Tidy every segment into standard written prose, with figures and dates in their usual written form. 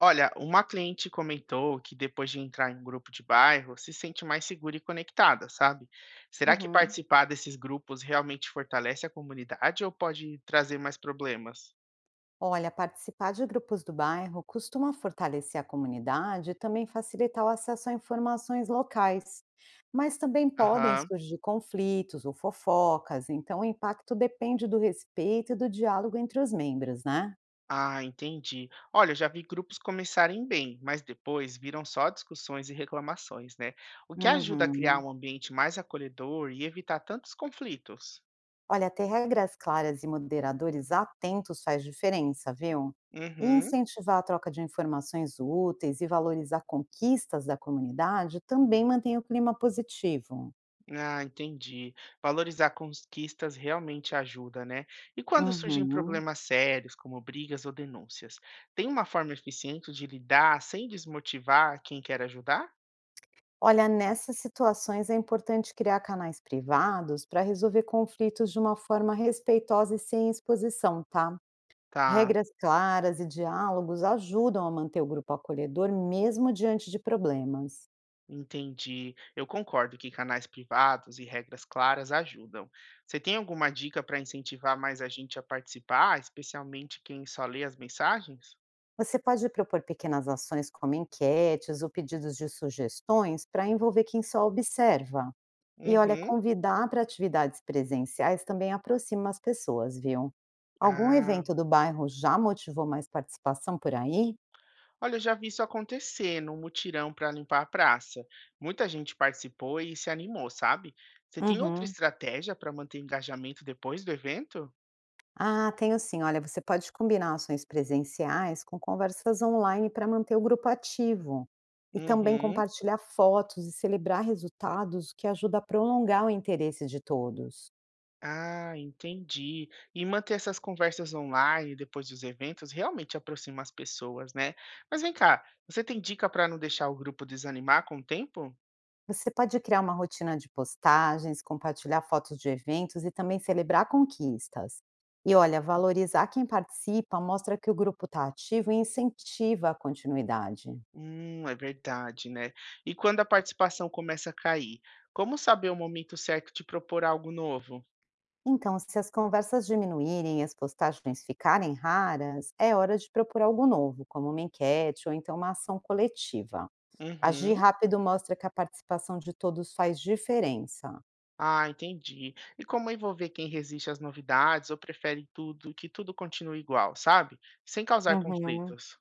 Olha, uma cliente comentou que depois de entrar em um grupo de bairro, se sente mais segura e conectada, sabe? Será que Uhum. participar desses grupos realmente fortalece a comunidade ou pode trazer mais problemas? Olha, participar de grupos do bairro costuma fortalecer a comunidade e também facilitar o acesso a informações locais. Mas também podem Aham. surgir conflitos ou fofocas, então o impacto depende do respeito e do diálogo entre os membros, né? Ah, entendi. Olha, eu já vi grupos começarem bem, mas depois viram só discussões e reclamações, né? O que ajuda a criar Uhum. um ambiente mais acolhedor e evitar tantos conflitos. Olha, ter regras claras e moderadores atentos faz diferença, viu? E Uhum. incentivar a troca de informações úteis e valorizar conquistas da comunidade também mantém o clima positivo. Ah, entendi. Valorizar conquistas realmente ajuda, né? E quando surgem Uhum. problemas sérios, como brigas ou denúncias, tem uma forma eficiente de lidar sem desmotivar quem quer ajudar? Olha, nessas situações é importante criar canais privados para resolver conflitos de uma forma respeitosa e sem exposição, tá? Tá, Regras claras e diálogos ajudam a manter o grupo acolhedor mesmo diante de problemas. entendi. Eu concordo que canais privados e regras claras ajudam. Você tem alguma dica para incentivar mais a gente a participar, especialmente quem só lê as mensagens? Você pode propor pequenas ações como enquetes ou pedidos de sugestões para envolver quem só observa. E olha, Uhum. convidar para atividades presenciais também aproxima as pessoas, viu? Algum Ah, evento do bairro já motivou mais participação por aí? Olha, eu já vi isso acontecer num mutirão para limpar a praça. Muita gente participou e se animou, sabe? Você tem outra Uhum. estratégia para manter engajamento depois do evento? Ah, tenho sim. Olha, você pode combinar ações presenciais com conversas online para manter o grupo ativo. E também Uhum. compartilhar fotos e celebrar resultados, o que ajuda a prolongar o interesse de todos. Ah, entendi. E manter essas conversas online depois dos eventos realmente aproxima as pessoas, né? Mas vem cá, você tem dica para não deixar o grupo desanimar com o tempo? Você pode criar uma rotina de postagens, compartilhar fotos de eventos e também celebrar conquistas. E olha, valorizar quem participa mostra que o grupo está ativo e incentiva a continuidade. É verdade, né? E quando a participação começa a cair, como saber o momento certo de propor algo novo? Então, se as conversas diminuírem e as postagens ficarem raras, é hora de propor algo novo, como uma enquete ou então uma ação coletiva. Agir Uhum. rápido mostra que a participação de todos faz diferença. Ah, entendi. E como envolver quem resiste às novidades ou prefere tudo, que tudo continue igual, sabe? Sem causar Uhum. conflitos.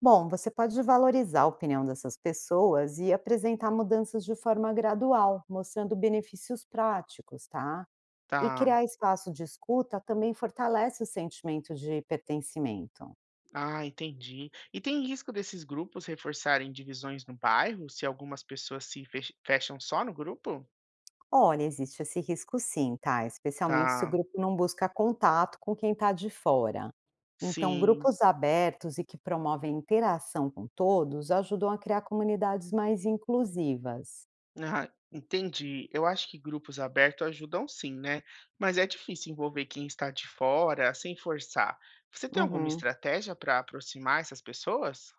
Bom, você pode valorizar a opinião dessas pessoas e apresentar mudanças de forma gradual, mostrando benefícios práticos, tá? E Tá. criar espaço de escuta também fortalece o sentimento de pertencimento. Ah, entendi. E tem risco desses grupos reforçarem divisões no bairro, se algumas pessoas se fecham só no grupo? Olha, existe esse risco sim, tá? Especialmente se o Tá. grupo não busca contato com quem está de fora. Então, Sim. grupos abertos e que promovem interação com todos ajudam a criar comunidades mais inclusivas. Ah, entendi. Eu acho que grupos abertos ajudam sim, né? Mas é difícil envolver quem está de fora sem forçar. Você tem alguma Uhum. estratégia para aproximar essas pessoas?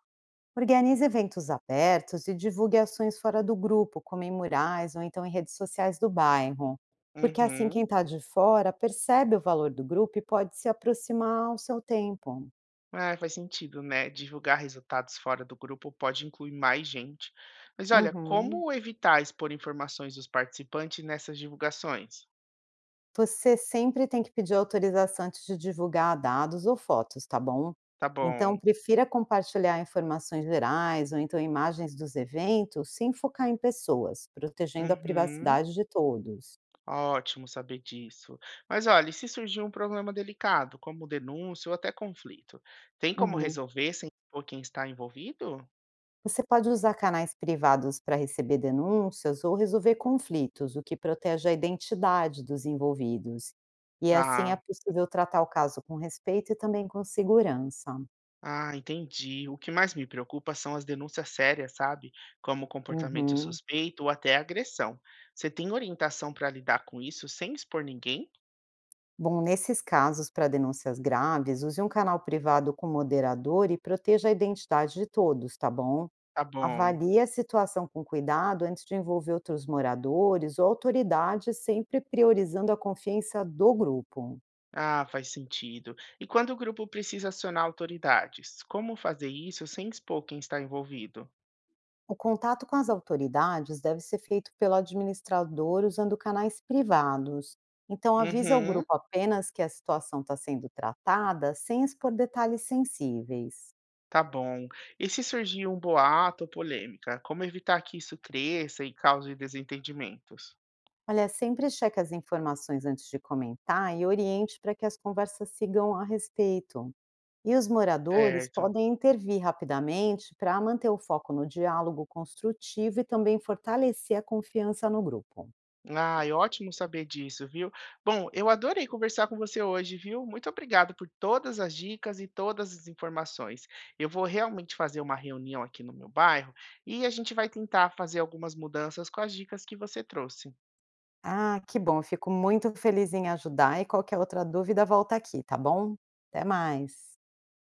Organize eventos abertos e divulgue ações fora do grupo, como em murais ou então em redes sociais do bairro. Porque assim Uhum. quem está de fora percebe o valor do grupo e pode se aproximar ao seu tempo. É, faz sentido, né? Divulgar resultados fora do grupo pode incluir mais gente. Mas olha, Uhum. como evitar expor informações dos participantes nessas divulgações? Você sempre tem que pedir autorização antes de divulgar dados ou fotos, tá bom? Tá Então, bom. prefira compartilhar informações gerais ou então imagens dos eventos sem focar em pessoas, protegendo a Uhum. privacidade de todos. Ótimo saber disso. Mas olha, e se surgir um problema delicado, como denúncia ou até conflito, tem como Uhum. resolver sem expor quem está envolvido? Você pode usar canais privados para receber denúncias ou resolver conflitos, o que protege a identidade dos envolvidos. E assim é Tá. possível tratar o caso com respeito e também com segurança. Ah, entendi. O que mais me preocupa são as denúncias sérias, sabe? Como comportamento Uhum. suspeito ou até agressão. Você tem orientação para lidar com isso sem expor ninguém? Bom, nesses casos, para denúncias graves, use um canal privado com moderador e proteja a identidade de todos, tá bom? Tá bom. Avalie a situação com cuidado antes de envolver outros moradores ou autoridades, sempre priorizando a confiança do grupo. Ah, faz sentido. E quando o grupo precisa acionar autoridades, como fazer isso sem expor quem está envolvido? O contato com as autoridades deve ser feito pelo administrador usando canais privados. Então, avise ao Uhum, grupo apenas que a situação está sendo tratada, sem expor detalhes sensíveis. tá bom. E se surgir um boato ou polêmica, como evitar que isso cresça e cause desentendimentos? Olha, sempre cheque as informações antes de comentar e oriente para que as conversas sigam a respeito. E os moradores Certo. podem intervir rapidamente para manter o foco no diálogo construtivo e também fortalecer a confiança no grupo. Ai, ótimo saber disso, viu? Bom, eu adorei conversar com você hoje, viu? Muito obrigado por todas as dicas e todas as informações. Eu vou realmente fazer uma reunião aqui no meu bairro e a gente vai tentar fazer algumas mudanças com as dicas que você trouxe. Ah, que bom. Eu fico muito feliz em ajudar e qualquer outra dúvida, volta aqui, tá bom? Até mais.